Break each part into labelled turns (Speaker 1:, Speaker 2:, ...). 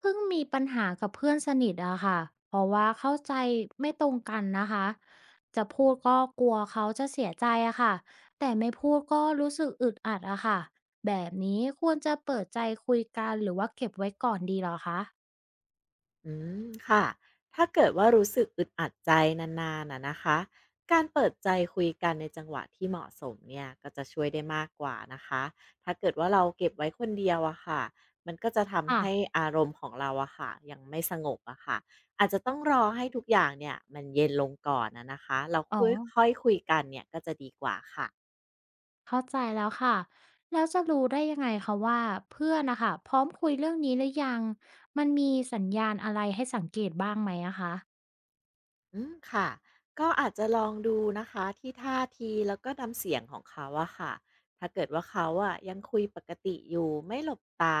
Speaker 1: เพิ่งมีปัญหากับเพื่อนสนิทอะค่ะเพราะว่าเข้าใจไม่ตรงกันนะคะจะพูดก็กลัวเขาจะเสียใจอะค่ะแต่ไม่พูดก็รู้สึกอึดอัดอะค่ะแบบนี้ควรจะเปิดใจคุยกันหรือว่าเก็บไว้ก่อนดีเหรอคะ
Speaker 2: อืมค่ะ ถ้าเกิดว่ารู้สึกอึดอัดใจนานๆน่ะนะคะ การเปิดใจคุยกันในจังหวะที่เหมาะสมเนี่ยก็จะช่วยได้มากกว่านะคะ ถ้าเกิดว่าเราเก็บไว้คนเดียวอะค่ะมันก็จะทำ
Speaker 1: ค่ะ
Speaker 2: ให้อารมณ์ของเราอะค่ะยังไม่สงบอะค่ะอาจจะต้องรอให้ทุกอย่างเนี่ยมันเย็นลงก่อนอะนะคะเรา
Speaker 1: อ๋อ
Speaker 2: ค่อยๆคุยกันเนี่ยก็จะดีกว่าค่ะ
Speaker 1: เข้าใจแล้วค่ะแล้วจะรู้ได้ยังไงคะว่าเพื่อนนะคะพร้อมคุยเรื่องนี้หรือยังมันมีสัญญาณอะไรให้สังเกตบ้างไหมอะคะ
Speaker 2: อืมค่ะก็อาจจะลองดูนะคะที่ท่าทีแล้วก็น้ำเสียงของเขาอะค่ะถ้าเกิดว่าเขาอะยังคุยปกติอยู่ไม่หลบตา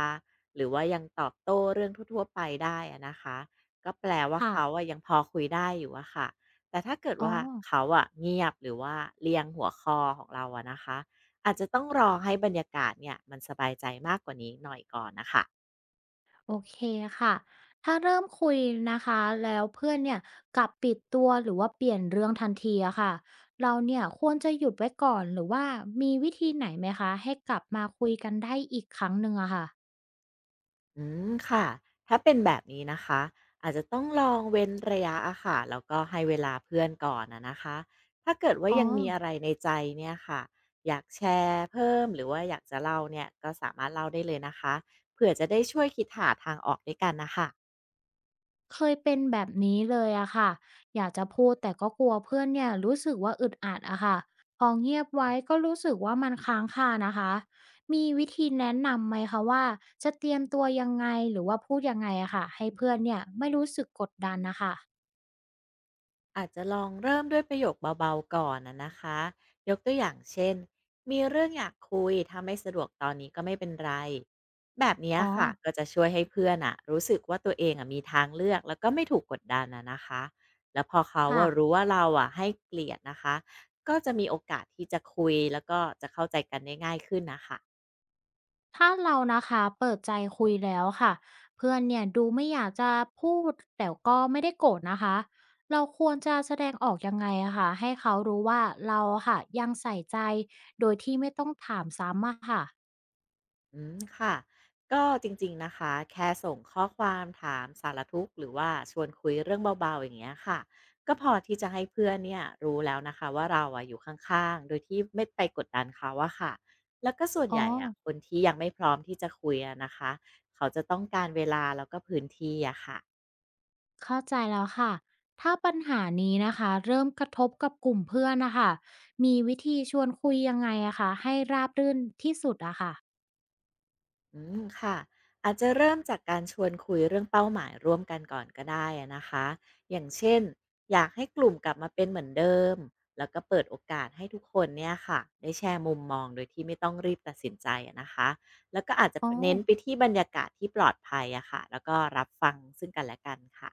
Speaker 2: หรือว่ายังตอบโต้เรื่องทั่วๆไปได้อะนะคะก็แปลว่า
Speaker 1: ค่ะ
Speaker 2: เขาอะยังพอคุยได้อยู่อะค่ะแต่ถ้าเกิด
Speaker 1: อ๋อ
Speaker 2: ว่าเขาอะเงียบหรือว่าเลียงหัวคอของเราอะนะคะอาจจะต้องรอให้บรรยากาศเนี่ยมันสบายใจมากกว่านี้หน่อยก่อนนะคะ
Speaker 1: โอเคค่ะ ถ้าเริ่มคุยนะคะแล้วเพื่อนเนี่ยกลับปิดตัวหรือว่าเปลี่ยนเรื่องทันทีอะค่ะ เราเนี่ยควรจะหยุดไว้ก่อนหรือว่ามีวิธีไหนไหมคะให้กลับมาคุยกันได้อีกครั้งหนึ่งอะค่ะ
Speaker 2: อืมค่ะ ถ้าเป็นแบบนี้นะคะ อาจจะต้องลองเว้นระยะอะค่ะแล้วก็ให้เวลาเพื่อนก่อนนะนะคะ ถ้าเกิดว่า
Speaker 1: อ๋อ
Speaker 2: ยังมีอะไรในใจเนี่ยค่ะ อยากแชร์เพิ่มหรือว่าอยากจะเล่าเนี่ย ก็สามารถเล่าได้เลยนะคะเผื่อจะได้ช่วยคิดหาทางออกด้วยกันนะคะ
Speaker 1: เคยเป็นแบบนี้เลยอะค่ะอยากจะพูดแต่ก็กลัวเพื่อนเนี่ยรู้สึกว่าอึดอัดอะค่ะพอเงียบไว้ก็รู้สึกว่ามันค้างคานะคะมีวิธีแนะนำไหมคะว่าจะเตรียมตัวยังไงหรือว่าพูดยังไงอะค่ะให้เพื่อนเนี่ยไม่รู้สึกกดดันนะคะ
Speaker 2: อาจจะลองเริ่มด้วยประโยคเบาๆก่อนนะนะคะยกตัวอย่างเช่นมีเรื่องอยากคุยถ้าไม่สะดวกตอนนี้ก็ไม่เป็นไรแบบเนี้ย
Speaker 1: อ๋อ
Speaker 2: ค่ะก็จะช่วยให้เพื่อนอะรู้สึกว่าตัวเองอะมีทางเลือกแล้วก็ไม่ถูกกดดันนะนะคะแล้วพอเขา
Speaker 1: ค่ะ
Speaker 2: ว่ารู้ว่าเราอะให้เกลียดนะคะก็จะมีโอกาสที่จะคุยแล้วก็จะเข้าใจกันได้ง่ายขึ้นนะคะ
Speaker 1: ถ้าเรานะคะเปิดใจคุยแล้วค่ะเพื่อนเนี่ยดูไม่อยากจะพูดแต่ก็ไม่ได้โกรธนะคะเราควรจะแสดงออกยังไงอะค่ะให้เขารู้ว่าเราอะค่ะยังใส่ใจโดยที่ไม่ต้องถามซ้ำอะค่ะ
Speaker 2: อืมค่ะก็จริงๆนะคะแค่ส่งข้อความถามสารทุกข์หรือว่าชวนคุยเรื่องเบาๆอย่างเงี้ยค่ะก็พอที่จะให้เพื่อนเนี่ยรู้แล้วนะคะว่าเราอะอยู่ข้างๆโดยที่ไม่ไปกดดันเขาว่ะค่ะแล้วก็ส่วน
Speaker 1: อ๋อ
Speaker 2: ใหญ่อะคนที่ยังไม่พร้อมที่จะคุยอะนะคะเขาจะต้องการเวลาแล้วก็พื้นที่อะค่ะ
Speaker 1: เข้าใจแล้วค่ะถ้าปัญหานี้นะคะเริ่มกระทบกับกลุ่มเพื่อนนะคะมีวิธีชวนคุยยังไงอะค่ะให้ราบรื่นที่สุดอะค่ะ
Speaker 2: อืมค่ะอาจจะเริ่มจากการชวนคุยเรื่องเป้าหมายร่วมกันก่อนก็ได้อะนะคะอย่างเช่นอยากให้กลุ่มกลับมาเป็นเหมือนเดิมแล้วก็เปิดโอกาสให้ทุกคนเนี่ยค่ะได้แชร์มุมมองโดยที่ไม่ต้องรีบตัดสินใจอะนะคะแล้วก็อาจจะ
Speaker 1: อ๋อ
Speaker 2: เน้นไปที่บรรยากาศที่ปลอดภัยอะค่ะแล้วก็รับฟังซึ่งกันและกันค่ะ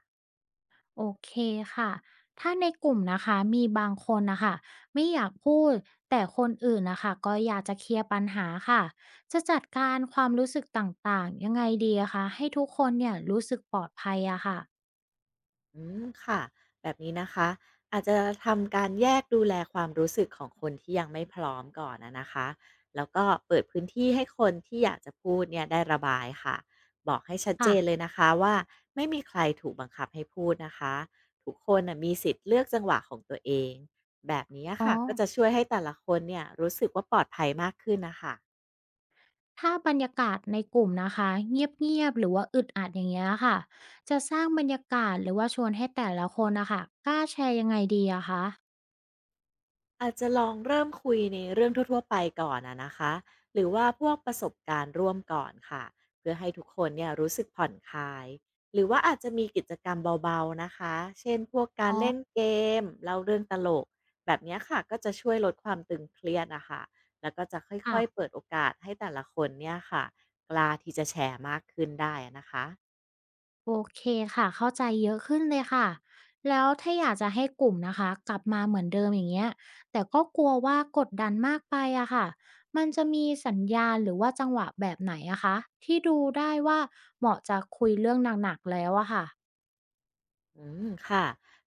Speaker 1: โอเคค่ะ ถ้าในกลุ่มนะคะมีบางคนนะคะไม่อยากพูดแต่คนอื่นนะคะก็อยากจะเคลียร์ปัญหาค่ะจะจัดการความรู้สึกต่างๆยังไงดีอะคะให้ทุกคนเนี่ยรู้สึกปลอดภัยอะค่ะ
Speaker 2: อืมค่ะแบบนี้นะคะอาจจะทำการแยกดูแลความรู้สึกของคนที่ยังไม่พร้อมก่อนนะนะคะแล้วก็เปิดพื้นที่ให้คนที่อยากจะพูดเนี่ยได้ระบายค่ะบอกให้ชัดเจ
Speaker 1: ค่ะ
Speaker 2: นเลยนะคะว่าไม่มีใครถูกบังคับให้พูดนะคะทุกคนนะมีสิทธิ์เลือกจังหวะของตัวเองแบบนี้
Speaker 1: อ๋อ
Speaker 2: ค่ะก็จะช่วยให้แต่ละคนเนี่ยรู้สึกว่าปลอดภัยมากขึ้นนะคะ
Speaker 1: ถ้าบรรยากาศในกลุ่มนะคะเงียบๆหรือว่าอึดอัดอย่างเงี้ยค่ะจะสร้างบรรยากาศหรือว่าชวนให้แต่ละคนนะคะกล้าแชร์ยังไงดีอะคะ
Speaker 2: อาจจะลองเริ่มคุยในเรื่องทั่วๆไปก่อนอะนะคะหรือว่าพวกประสบการณ์ร่วมก่อนค่ะเพื่อให้ทุกคนเนี่ยรู้สึกผ่อนคลายหรือว่าอาจจะมีกิจกรรมเบาๆนะคะเช่นพวกการ
Speaker 1: อ๋อ
Speaker 2: เล่นเกมเล่าเรื่องตลกแบบเนี้ยค่ะก็จะช่วยลดความตึงเครียดนะคะแล้วก็จะค่อยๆเปิ
Speaker 1: ค่ะ
Speaker 2: ดโอกาสให้แต่ละคนเนี่ยค่ะกล้าที่จะแชร์มากขึ้นได้อะนะคะ
Speaker 1: โอเคค่ะเข้าใจเยอะขึ้นเลยค่ะแล้วถ้าอยากจะให้กลุ่มนะคะกลับมาเหมือนเดิมอย่างเงี้ยแต่ก็กลัวว่ากดดันมากไปอะค่ะมันจะมีสัญญาณหรือว่าจังหวะแบบไหนอะคะที่ดูได้ว่าเหมาะจะคุยเรื่องหนักๆแล้วอะค่ะ
Speaker 2: อืมค่ะ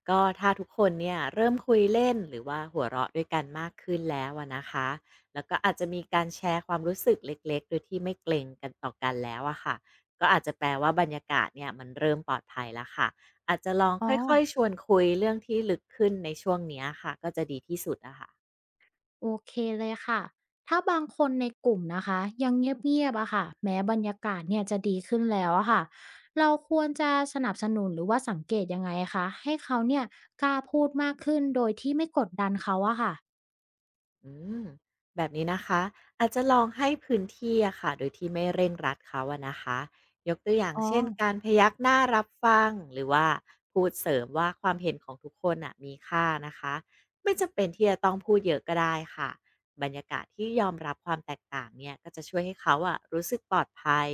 Speaker 2: ก็ถ้าทุกคนเนี่ยเริ่มคุยเล่นหรือว่าหัวเราะด้วยกันมากขึ้นแล้วอะนะคะ แล้วก็อาจจะมีการแชร์ความรู้สึกเล็กๆโดยที่ไม่เกรงกันต่อกันแล้วอะค่ะก็อาจจะแปลว่าบรรยากาศเนี่ยมันเริ่มปลอดภัยแล้วค่ะ อาจจะลอง
Speaker 1: อ๋
Speaker 2: ค
Speaker 1: อ
Speaker 2: ่อยๆชวนคุยเรื่องที่ลึกขึ้นในช่วงเนี้ยค่ะก็จะดีที่สุดอะค่ะ
Speaker 1: โอเคเลยค่ะ ถ้าบางคนในกลุ่มนะคะยังเงียบๆอะค่ะแม้บรรยากาศเนี่ยจะดีขึ้นแล้วอะค่ะเราควรจะสนับสนุนหรือว่าสังเกตยังไงคะให้เขาเนี่ยกล้าพูดมากขึ้นโดยที่ไม่กดดันเขาอะค่ะ
Speaker 2: อืมแบบนี้นะคะอาจจะลองให้พื้นที่อะค่ะโดยที่ไม่เร่งรัดเขาอะนะคะยกตัวอย่าง
Speaker 1: อ๋อ
Speaker 2: เช่นการพยักหน้ารับฟังหรือว่าพูดเสริมว่าความเห็นของทุกคนอะมีค่านะคะไม่จำเป็นที่จะต้องพูดเยอะก็ได้ค่ะบรรยากาศที่ยอมรับความแตกต่างเนี่ยก็จะช่วยให้เขาอะรู้สึกปลอดภัย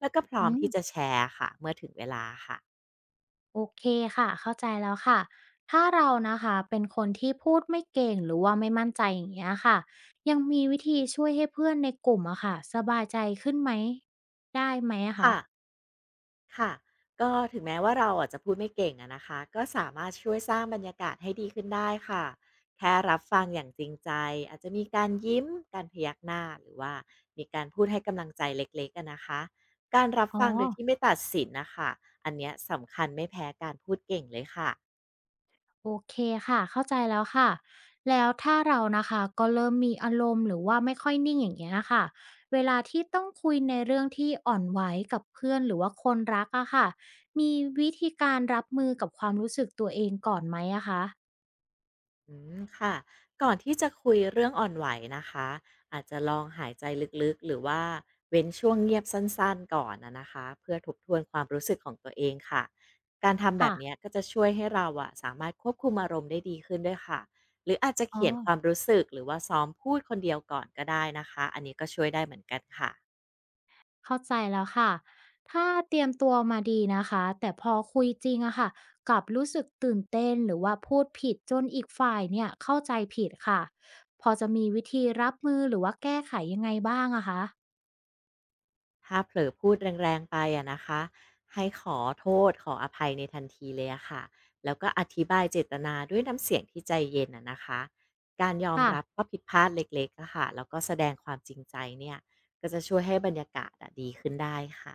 Speaker 2: แล้วก็พร้อ
Speaker 1: อื
Speaker 2: มที่จะ
Speaker 1: ม
Speaker 2: แชร์ค่ะเมื่อถึงเวลาค่ะ
Speaker 1: โอเคค่ะเข้าใจแล้วค่ะถ้าเรานะคะเป็นคนที่พูดไม่เก่งหรือว่าไม่มั่นใจอย่างเงี้ยค่ะยังมีวิธีช่วยให้เพื่อนในกลุ่มอะค่ะสบายใจขึ้นไหมได้ไหมอะคะ
Speaker 2: ค่ะ ค่ะก็ถึงแม้ว่าเราอะจะพูดไม่เก่งอะนะคะ ก็สามารถช่วยสร้างบรรยากาศให้ดีขึ้นได้ค่ะ แค่รับฟังอย่างจริงใจ อาจจะมีการยิ้มการพยักหน้า หรือว่ามีการพูดให้กำลังใจเล็กๆอะนะคะ การรับ
Speaker 1: อ๋อ
Speaker 2: ฟังโดยที่ไม่ตัดสินนะคะ อันเนี้ยสำคัญไม่แพ้การพูดเก่งเลยค่ะ
Speaker 1: โอเคค่ะเข้าใจแล้วค่ะแล้วถ้าเรานะคะก็เริ่มมีอารมณ์หรือว่าไม่ค่อยนิ่งอย่างเงี้ยค่ะเวลาที่ต้องคุยในเรื่องที่อ่อนไหวกับเพื่อนหรือว่าคนรักอะค่ะมีวิธีการรับมือกับความรู้สึกตัวเองก่อนไหมอะคะ
Speaker 2: อืมค่ะก่อนที่จะคุยเรื่องอ่อนไหวนะคะอาจจะลองหายใจลึกๆหรือว่าเว้นช่วงเงียบสั้นๆก่อนนะคะเพื่อทบทวนความรู้สึกของตัวเองค่ะการทำแบ
Speaker 1: ค่ะ
Speaker 2: บเนี้ยก็จะช่วยให้เราอะสามารถควบคุมอารมณ์ได้ดีขึ้นด้วยค่ะหรืออาจจะ
Speaker 1: อ๋อ
Speaker 2: เขียนความรู้สึกหรือว่าซ้อมพูดคนเดียวก่อนก็ได้นะคะอันนี้ก็ช่วยได้เหมือนกันค่ะ
Speaker 1: เข้าใจแล้วค่ะ ถ้าเตรียมตัวมาดีนะคะ แต่พอคุยจริงอะค่ะกลับรู้สึกตื่นเต้นหรือว่าพูดผิดจนอีกฝ่ายเนี่ยเข้าใจผิดค่ะ พอจะมีวิธีรับมือหรือว่าแก้ไขยังไงบ้างอะคะ
Speaker 2: ถ้าเผลอพูดแรงๆไปอะนะคะให้ขอโทษขออภัยในทันทีเลยอะค่ะแล้วก็อธิบายเจตนาด้วยน้ำเสียงที่ใจเย็นอะนะคะการยอม
Speaker 1: ค่ะ
Speaker 2: รับว่าผิดพลาดเล็กๆอะค่ะแล้วก็แสดงความจริงใจเนี่ยก็จะช่วยให้บรรยากาศอะดีขึ้นได้ค่ะ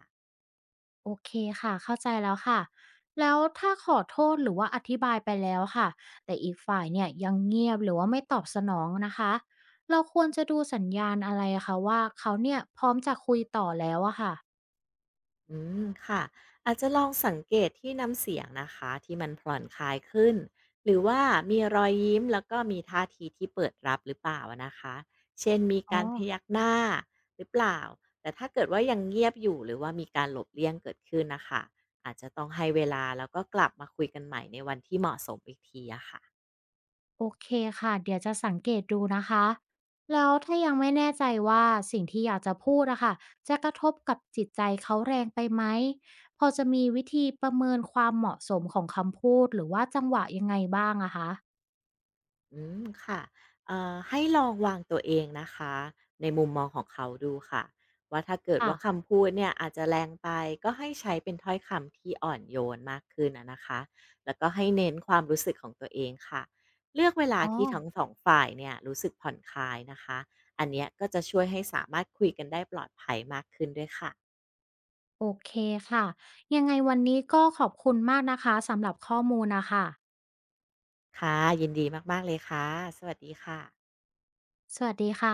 Speaker 1: โอเคค่ะ เข้าใจแล้วค่ะแล้วถ้าขอโทษหรือว่าอธิบายไปแล้วค่ะ แต่อีกฝ่ายเนี่ยยังเงียบหรือว่าไม่ตอบสนองนะคะเราควรจะดูสัญญาณอะไรอะคะว่าเขาเนี่ยพร้อมจะคุยต่อแล้วอะค่ะ
Speaker 2: อืมค่ะอาจจะลองสังเกตที่น้ำเสียงนะคะที่มันผ่อนคลายขึ้นหรือว่ามีรอยยิ้มแล้วก็มีท่าทีที่เปิดรับหรือเปล่านะคะเช่นมี
Speaker 1: อ๋อ
Speaker 2: การพยักหน้าหรือเปล่าแต่ถ้าเกิดว่ายังเงียบอยู่หรือว่ามีการหลบเลี่ยงเกิดขึ้นนะคะอาจจะต้องให้เวลาแล้วก็กลับมาคุยกันใหม่ในวันที่เหมาะสมอีกทีอะค่ะ
Speaker 1: โอเคค่ะเดี๋ยวจะสังเกตดูนะคะแล้วถ้ายังไม่แน่ใจว่าสิ่งที่อยากจะพูดอะค่ะจะกระทบกับจิตใจเขาแรงไปไหมพอจะมีวิธีประเมินความเหมาะสมของคำพูดหรือว่าจังหวะยังไงบ้างอะคะ
Speaker 2: อืมค่ะให้ลองวางตัวเองนะคะในมุมมองของเขาดูค่ะว่าถ้าเกิด
Speaker 1: ค่ะ
Speaker 2: ว่าคำพูดเนี่ยอาจจะแรงไปก็ให้ใช้เป็นถ้อยคำที่อ่อนโยนมากขึ้นนะคะแล้วก็ให้เน้นความรู้สึกของตัวเองค่ะเลือกเวลา
Speaker 1: อ๋อ
Speaker 2: ที่ทั้งสองฝ่ายเนี่ยรู้สึกผ่อนคลายนะคะอันเนี้ยก็จะช่วยให้สามารถคุยกันได้ปลอดภัยมากขึ้นด้วยค่ะ
Speaker 1: โอเคค่ะยังไงวันนี้ก็ขอบคุณมากนะคะสำหรับข้อมูลนะคะ
Speaker 2: ค่ะยินดีมากๆเลยค่ะสวัสดีค่ะ
Speaker 1: สวัสดีค่ะ